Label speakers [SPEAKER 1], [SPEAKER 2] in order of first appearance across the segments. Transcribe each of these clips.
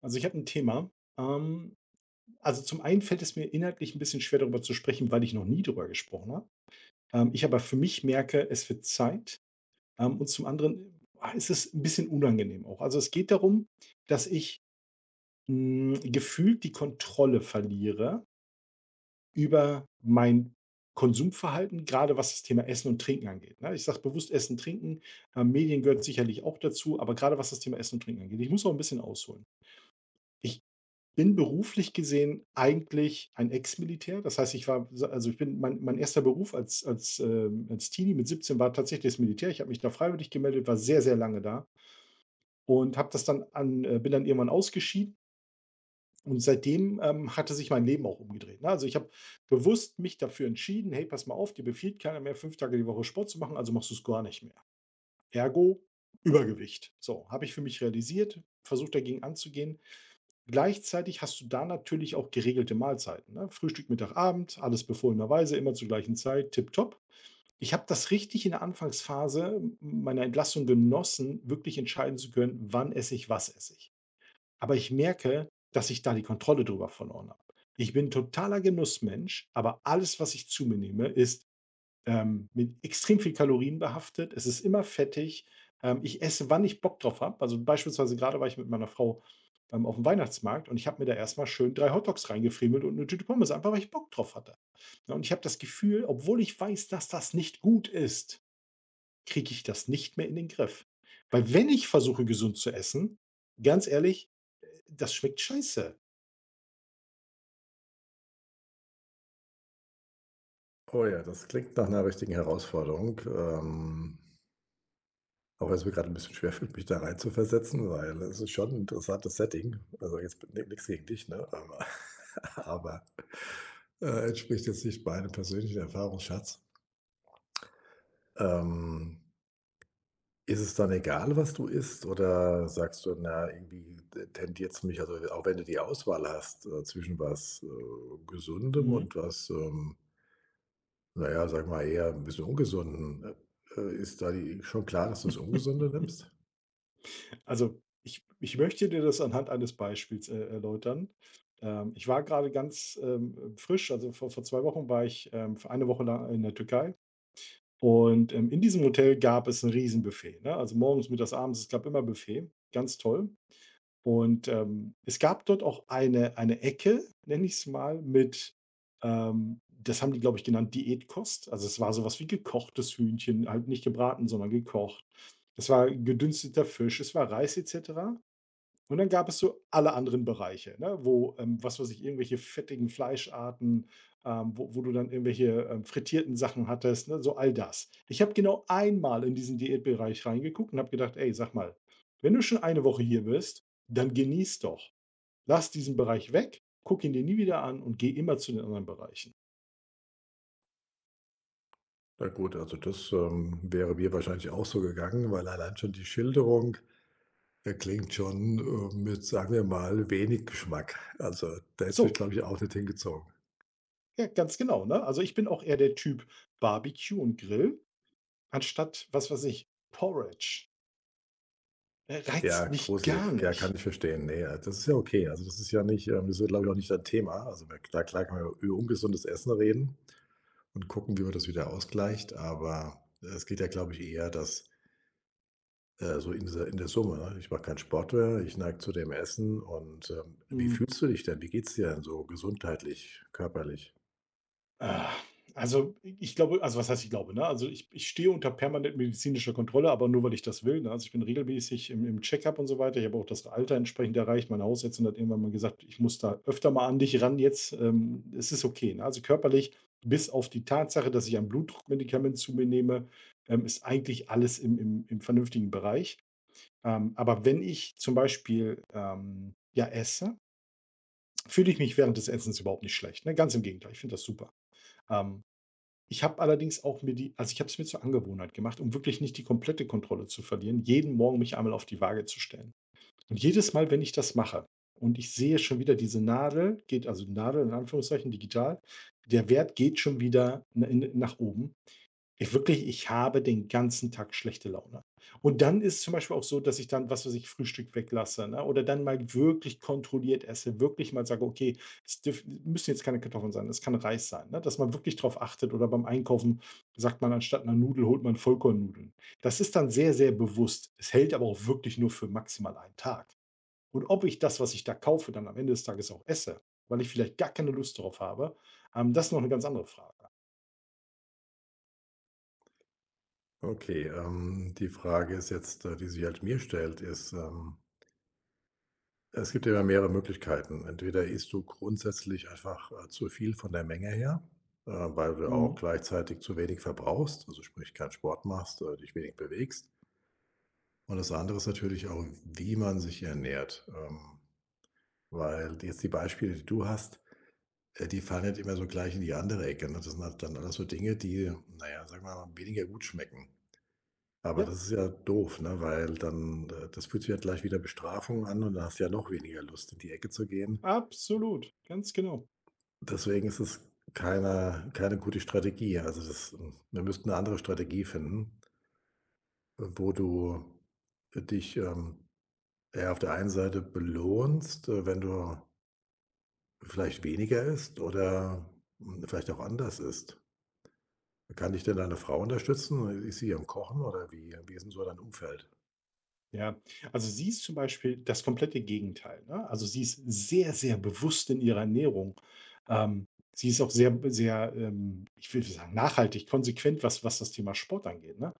[SPEAKER 1] Also ich habe ein Thema. Ähm, also zum einen fällt es mir inhaltlich ein bisschen schwer, darüber zu sprechen, weil ich noch nie darüber gesprochen habe. Ich aber für mich merke, es wird Zeit. Und zum anderen, ist es ein bisschen unangenehm auch. Also es geht darum, dass ich, gefühlt die Kontrolle verliere über mein Konsumverhalten, gerade was das Thema Essen und Trinken angeht, ne? Ich sage bewusst Essen, Trinken, Medien gehört sicherlich auch dazu, aber gerade was das Thema Essen und Trinken angeht. Ich muss auch ein bisschen ausholen. Ich bin beruflich gesehen eigentlich ein Ex-Militär. Das heißt, ich war also, ich bin mein erster Beruf als Teenie mit 17 war tatsächlich das Militär. Ich habe mich da freiwillig gemeldet, war sehr, sehr lange da und habe das dann an bin dann irgendwann ausgeschieden und seitdem, hatte sich mein Leben auch umgedreht, ne? Also, ich habe bewusst mich dafür entschieden: „Hey, pass mal auf, dir befiehlt keiner mehr, 5 Tage die Woche Sport zu machen, also machst du es gar nicht mehr." Ergo Übergewicht. So, habe ich für mich realisiert, versucht dagegen anzugehen. Gleichzeitig hast du da natürlich auch geregelte Mahlzeiten, ne? Frühstück, Mittag, Abend, alles befohlenerweise, immer zur gleichen Zeit, tipptopp. Ich habe das richtig in der Anfangsphase meiner Entlassung genossen, wirklich entscheiden zu können, wann esse ich, was esse ich. Aber ich merke, dass ich da die Kontrolle drüber verloren habe. Ich bin totaler Genussmensch, aber alles, was ich zu mir nehme, ist mit extrem viel Kalorien behaftet. Es ist immer fettig. Ich esse, wann ich Bock drauf habe. Also beispielsweise gerade war ich mit meiner Frau auf dem Weihnachtsmarkt und ich habe mir da erstmal schön drei Hotdogs reingefriemelt und eine Tüte Pommes, einfach weil ich Bock drauf hatte. Ja, und ich habe das Gefühl, obwohl ich weiß, dass das nicht gut ist, kriege ich das nicht mehr in den Griff. Weil wenn ich versuche, gesund zu essen, ganz ehrlich, das schmeckt scheiße.
[SPEAKER 2] Oh ja, das klingt nach einer richtigen Herausforderung, auch wenn es mir gerade ein bisschen schwerfällt, mich da reinzuversetzen, weil es ist schon 'n interessantes Setting. Also, jetzt nichts gegen dich, ne, aber aber, entspricht jetzt nicht meinem persönlichen Erfahrungsschatz. Ähm, Ist es dann egal, was du isst oder sagst du: „Na, irgendwie t tendiert's mich“, also, auch wenn du die Auswahl hast, zwischen was, Gesundem
[SPEAKER 1] Mhm.
[SPEAKER 2] und was, na ja, sage mal eher 'n bisschen ungesunden. Ist da die schon klar, dass du das Ungesunde nimmst?
[SPEAKER 1] Also, ich möchte dir das anhand eines Beispiels, erläutern. Ich war gerade ganz, frisch also, vor 2 Wochen war ich, für eine Woche lang in der Türkei und, in diesem Hotel gab es ein Riesenbuffet, ne? Also, morgens, mittags, abends, es gab immer Buffet, ganz toll. Und, es gab dort auch eine Ecke, nenne ich es mal, mit, das haben die, glaube ich, genannt Diätkost. Also, es war sowas wie gekochtes Hühnchen, halt nicht gebraten, sondern gekocht. Es war gedünsteter Fisch, es war Reis et cetera. Und dann gab es so alle anderen Bereiche, ne, wo, was weiß ich, irgendwelche fettigen Fleischarten, wo du dann irgendwelche, frittierten Sachen hattest, ne, so all das. Ich habe genau einmal in diesen Diätbereich reingeguckt und habe gedacht: „Ey, sag mal, wenn du schon eine Woche hier bist, dann genieß doch. Lass diesen Bereich weg, guck ihn dir nie wieder an und geh immer zu den anderen Bereichen."
[SPEAKER 2] Na gut, also das, wäre mir wahrscheinlich auch so gegangen, weil allein schon die Schilderung, klingt schon, mit, sagen wir mal, wenig Geschmack. Also, da hätte es mich,
[SPEAKER 1] So,
[SPEAKER 2] glaube ich, auch nicht hingezogen.
[SPEAKER 1] ja, ganz genau, ne? Also, ich bin auch eher der Typ Barbecue und Grill anstatt, was weiß ich, Porridge.
[SPEAKER 2] Ja,
[SPEAKER 1] Reizt mich gar
[SPEAKER 2] gruselig. Ja, kann
[SPEAKER 1] nicht.
[SPEAKER 2] ich verstehen. Ne, ja, das ist ja okay. Also, das ist ja nicht, das ist ja, glaube ich, auch nicht dein Thema. Also, na klar kann man über ungesundes Essen reden und gucken, wie man das wieder ausgleicht, aber es geht ja, glaube ich, eher, dass so in dieser in der Summe, ne? Ich mache keinen Sport mehr, ich neige zu dem Essen und, wie
[SPEAKER 1] Mhm.
[SPEAKER 2] fühlst du dich denn? Wie geht's dir denn so gesundheitlich, körperlich?
[SPEAKER 1] Ah, also, ich glaube also, was heißt ich glaube, ne? Also, ich stehe unter permanent medizinischer Kontrolle, aber nur, weil ich das will, ne? Also, ich bin regelmäßig im Check-up und so weiter. Ich habe auch das Alter entsprechend erreicht. Meine Hausärztin hat irgendwann mal gesagt: „Ich muss da öfter mal an dich ran jetzt. Es ist okay", ne? Also, körperlich, bis auf die Tatsache, dass ich ein Blutdruckmedikament zu mir nehme, ist eigentlich alles im vernünftigen Bereich. Aber wenn ich zum Beispiel, ja, esse, fühle ich mich während des Essens überhaupt nicht schlecht, ne? Ganz im Gegenteil, ich finde das super. Ähm ich habe allerdings auch mir die also ich habe es mir zur Angewohnheit gemacht, um wirklich nicht die komplette Kontrolle zu verlieren, jeden Morgen mich einmal auf die Waage zu stellen. Und jedes Mal, wenn ich das mache und ich sehe schon wieder diese Nadel geht also Nadel in Anführungszeichen digital, der Wert geht schon wieder n in nach oben. Ich habe den ganzen Tag schlechte Laune. Und dann ist zum Beispiel auch so, dass ich dann, was weiß ich, Frühstück weglasse, ne, oder dann mal wirklich kontrolliert esse, wirklich mal sage: „Okay, es dürf müssen jetzt keine Kartoffeln sein, es kann Reis sein", ne, dass man wirklich drauf achtet oder beim Einkaufen sagt man, anstatt einer Nudel holt man Vollkornnudeln. Das ist dann sehr, sehr bewusst. Es hält aber auch wirklich nur für maximal einen Tag. Und ob ich das, was ich da kaufe, dann am Ende des Tages auch esse, weil ich vielleicht gar keine Lust drauf habe, das ist noch eine ganz andere Frage.
[SPEAKER 2] Okay, die Frage ist jetzt, die sich halt mir stellt, ist, es gibt ja immer mehrere Möglichkeiten. Entweder isst du grundsätzlich einfach, zu viel von der Menge her, weil du auch
[SPEAKER 1] Mhm.
[SPEAKER 2] gleichzeitig zu wenig verbrauchst, also sprich keinen Sport machst, dich wenig bewegst. Und das andere ist natürlich auch, wie man sich ernährt, weil jetzt die Beispiele, die du hast. Die fallen halt immer so gleich in die andere Ecke, ne? Das sind halt dann alles so Dinge, die, naja, sagen wir mal, weniger gut schmecken. Aber
[SPEAKER 1] Ja.
[SPEAKER 2] das ist ja doof, ne, weil dann, das fühlt sich ja gleich wieder Bestrafung an und dann hast du ja noch weniger Lust, in die Ecke zu gehen.
[SPEAKER 1] Absolut, ganz genau.
[SPEAKER 2] Deswegen ist es keine gute Strategie. Also, das wir müssten eine andere Strategie finden, wo du dich, ja, auf der einen Seite belohnst, wenn du vielleicht weniger isst oder, vielleicht auch anders isst. Kann dich denn deine Frau unterstützen? Ist sie am Kochen oder wie ist 'n so dein Umfeld?
[SPEAKER 1] Ja, also sie ist zum Beispiel das komplette Gegenteil, ne? Also sie ist sehr, sehr bewusst in ihrer Ernährung. Ähm, sie ist auch sehr, sehr, ich will sagen, nachhaltig, konsequent, was das Thema Sport angeht, ne?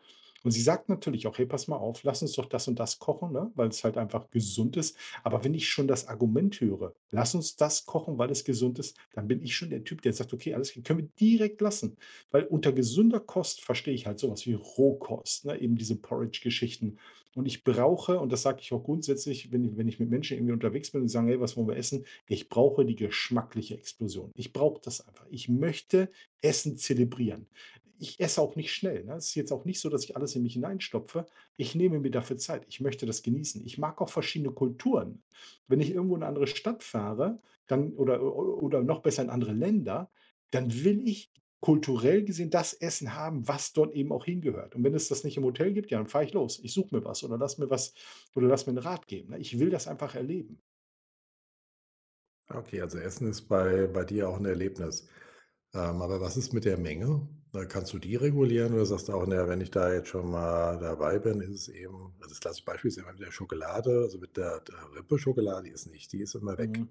[SPEAKER 1] Und sie sagt natürlich auch, hey, pass mal auf, lass uns doch das und das kochen, ne? Weil es halt einfach gesund ist. Aber wenn ich schon das Argument höre, lass uns das kochen, weil es gesund ist, dann bin ich schon der Typ, der sagt, okay, alles klar, können wir direkt lassen. Weil unter gesunder Kost verstehe ich halt sowas wie Rohkost, ne? Eben diese Porridge-Geschichten und ich brauche, und das sage ich auch grundsätzlich, wenn, wenn ich mit Menschen irgendwie unterwegs bin und die sagen, hey, was wollen wir essen? Ich brauche die geschmackliche Explosion. Ich brauche das einfach. Ich möchte Essen zelebrieren. Ich esse auch nicht schnell. Ne? Es ist jetzt auch nicht so, dass ich alles in mich hineinstopfe. Ich nehme mir dafür Zeit. Ich möchte das genießen. Ich mag auch verschiedene Kulturen. Wenn ich irgendwo in eine andere Stadt fahre, dann, oder noch besser in andere Länder, dann will ich kulturell gesehen das Essen haben, was dort eben auch hingehört. Und wenn es das nicht im Hotel gibt, ja, dann fahre ich los. Ich suche mir was oder lass mir was oder lass mir einen Rat geben, ne? Ich will das einfach erleben.
[SPEAKER 2] Ah, okay, also Essen ist bei dir auch ein Erlebnis. Aber was ist mit der Menge? Kannst du die regulieren oder sagst du auch: „Na, wenn ich da jetzt schon mal dabei bin, ist es eben“, also das klassische Beispiel ist ja immer mit der Schokolade, also mit der Rippe-Schokolade, die ist nicht die ist immer weg.
[SPEAKER 1] Mhm.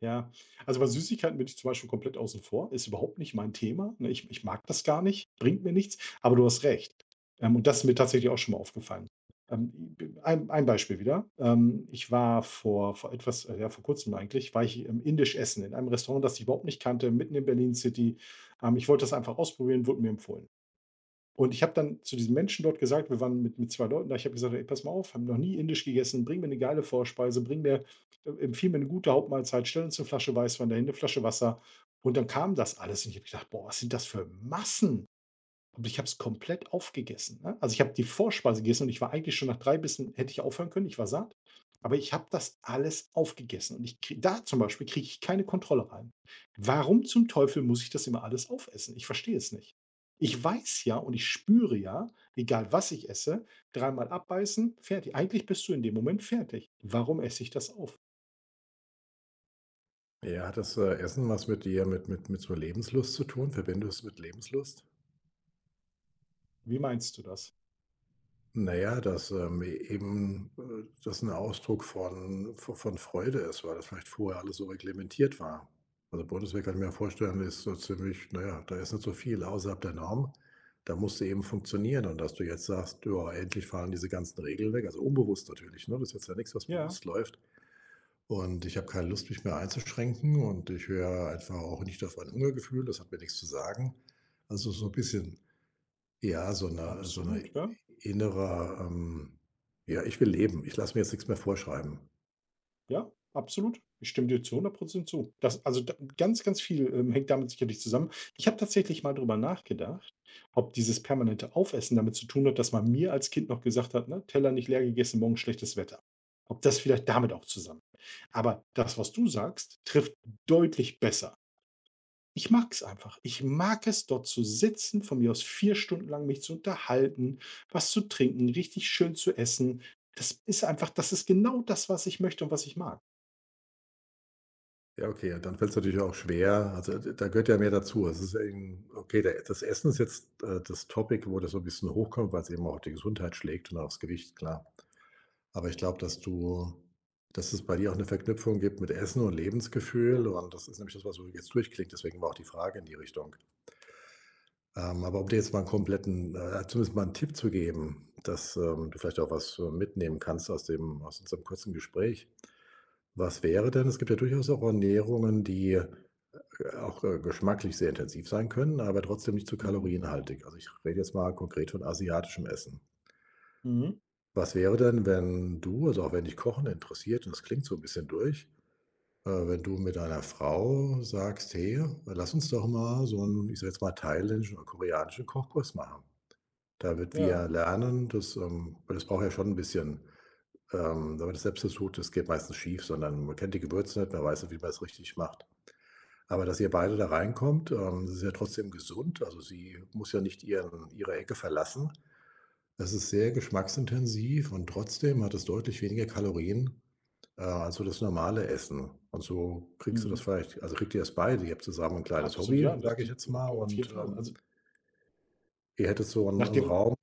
[SPEAKER 1] Ja, also bei Süßigkeiten bin ich zum Beispiel komplett außen vor, ist überhaupt nicht mein Thema, ne? Ich mag das gar nicht, bringt mir nichts, aber du hast recht. Und das ist mir tatsächlich auch schon mal aufgefallen. Ähm, ein Beispiel wieder. Ich war vor etwas ja, vor Kurzem eigentlich, war ich, indisch essen in einem Restaurant, das ich überhaupt nicht kannte, mitten in Berlin City. Ich wollte das einfach ausprobieren, wurde mir empfohlen. Und ich habe dann zu diesen Menschen dort gesagt wir waren mit 2 Leuten da, ich habe gesagt: „Ey, pass mal auf, haben noch nie indisch gegessen, bring mir eine geile Vorspeise, bring mir empfiehl mir eine gute Hauptmahlzeit, stell uns eine Flasche Weißwein dahin, 'ne Flasche Wasser." Und dann kam das alles und ich habe gedacht: „Boah, was sind das für Massen?" Und ich habe es komplett aufgegessen, ne? Also, ich habe die Vorspeise gegessen und ich war eigentlich schon nach 3 Bissen hätte ich aufhören können, ich war satt. Aber ich habe das alles aufgegessen und ich kriege da zum Beispiel kriege ich keine Kontrolle rein. Warum zum Teufel muss ich das immer alles aufessen? Ich verstehe es nicht. Ich weiß ja und ich spüre ja, egal was ich esse, dreimal abbeißen, fertig. Eigentlich bist du in dem Moment fertig. Warum esse ich das auf?
[SPEAKER 2] Ja, hat das, Essen was mit dir mit so Lebenslust zu tun? Verbindest du es mit Lebenslust?
[SPEAKER 1] Wie meinst du das?
[SPEAKER 2] Na ja, dass, eben, das ein Ausdruck von v von Freude ist, weil das vielleicht vorher alles so reglementiert war. Also, Bundeswehr kann ich mir vorstellen, ist so ziemlich na ja, da ist nicht so viel außerhalb der Norm. Da musste eben funktionieren und dass du jetzt sagst: „Ja, endlich fallen diese ganzen Regeln weg“, also unbewusst natürlich, ne? Das ist jetzt ja nichts, was
[SPEAKER 1] Ja,
[SPEAKER 2] bewusst läuft. Und ich habe keine Lust, mich mehr einzuschränken und ich höre einfach auch nicht auf mein Hungergefühl, das hat mir nichts zu sagen. Also, so ein bisschen ja, so eine
[SPEAKER 1] absolut, ja.
[SPEAKER 2] innerer, ja, ich will leben. Ich lasse mir jetzt nichts mehr vorschreiben.
[SPEAKER 1] Ja, absolut. Ich stimme dir zu 100% zu. Das also, da ganz, ganz viel, hängt damit sicherlich zusammen. Ich habe tatsächlich mal drüber nachgedacht, ob dieses permanente Aufessen damit zu tun hat, dass man mir als Kind noch gesagt hat, ne: „Teller nicht leer gegessen, morgen schlechtes Wetter." Ob das vielleicht damit auch zusammen aber das, was du sagst, trifft deutlich besser. Ich mag es einfach. Ich mag es, dort zu sitzen, von mir aus 4 Stunden lang mich zu unterhalten, was zu trinken, richtig schön zu essen. Das ist einfach das ist genau das, was ich möchte und was ich mag.
[SPEAKER 2] Ja, okay, dann fällt es natürlich auch schwer. Also, d da gehört ja mehr dazu. Es ist eben okay, der das Essen ist jetzt, das Topic, wo das so ein bisschen hochkommt, weil es eben auch die Gesundheit schlägt und aufs Gewicht, klar. Aber ich glaube, dass du dass es bei dir auch eine Verknüpfung gibt mit Essen und Lebensgefühl und das ist nämlich das, was so jetzt durchklingt. Deswegen war auch die Frage in die Richtung. Aber um dir jetzt mal einen kompletten zumindest mal einen Tipp zu geben, dass, du vielleicht auch was, mitnehmen kannst aus dem aus unserem kurzen Gespräch. Was wäre denn es gibt ja durchaus auch Ernährungen, die, auch, geschmacklich sehr intensiv sein können, aber trotzdem nicht zu
[SPEAKER 1] Mhm.
[SPEAKER 2] kalorienhaltig. Also, ich rede jetzt mal konkret von asiatischem Essen.
[SPEAKER 1] Mhm.
[SPEAKER 2] Was wäre denn, wenn du also, auch wenn dich Kochen interessiert und das klingt so ein bisschen durch, wenn du mit deiner Frau sagst: „Hey, lass uns doch mal so 'n, ich sage jetzt mal, thailändischen oder koreanischen Kochkurs machen“, damit
[SPEAKER 1] Ja.
[SPEAKER 2] wir lernen, das weil das braucht ja schon ein bisschen wenn man das selbst versucht, das geht meistens schief, sondern man kennt die Gewürze nicht, man weiß nicht, wie man es richtig macht. Aber dass ihr beide da reinkommt, das ist ja trotzdem gesund. Also, sie muss ja nicht ihre Ecke verlassen. Das ist sehr geschmacksintensiv und trotzdem hat es deutlich weniger Kalorien, als so das normale Essen. Und so kriegst du das
[SPEAKER 1] Mhm.
[SPEAKER 2] vielleicht also, kriegt ihr das beide. Ihr habt zusammen ein kleines
[SPEAKER 1] Absolut,
[SPEAKER 2] Hobby,
[SPEAKER 1] ja, das
[SPEAKER 2] sage ich
[SPEAKER 1] d
[SPEAKER 2] jetzt mal
[SPEAKER 1] auf jeden
[SPEAKER 2] und,
[SPEAKER 1] Fall. Also,
[SPEAKER 2] ihr hättet so 'n
[SPEAKER 1] nach dem
[SPEAKER 2] Raum,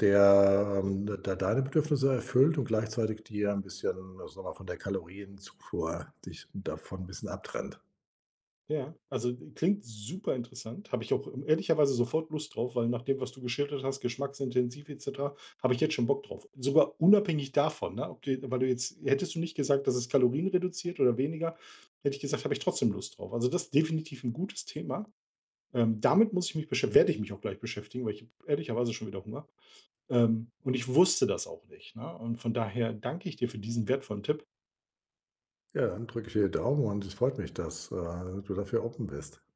[SPEAKER 2] der, d de deine Bedürfnisse erfüllt und gleichzeitig dir 'n bisschen, sagen wir mal, von der Kalorienzufuhr dich davon 'n bisschen abtrennt.
[SPEAKER 1] ja, ja, also, klingt super interessant. Habe ich auch ehrlicherweise sofort Lust drauf, weil nach dem, was du geschildert hast, geschmacksintensiv et cetera, habe ich jetzt schon Bock drauf. Sogar unabhängig davon, ne, ob du weil du jetzt hättest du nicht gesagt, dass es Kalorien reduziert oder weniger, hätte ich gesagt, habe ich trotzdem Lust drauf. Also, das ist definitiv ein gutes Thema. Damit muss ich mich beschäftigen. Werde ich mich auch gleich beschäftigen, weil ich habe ehrlicherweise schon wieder Hunger. Und ich wusste das auch nicht, ne? Und von daher danke ich dir für diesen wertvollen Tipp,
[SPEAKER 2] Ja, dann drücke ich dir die Daumen und es freut mich, dass, du dafür offen bist.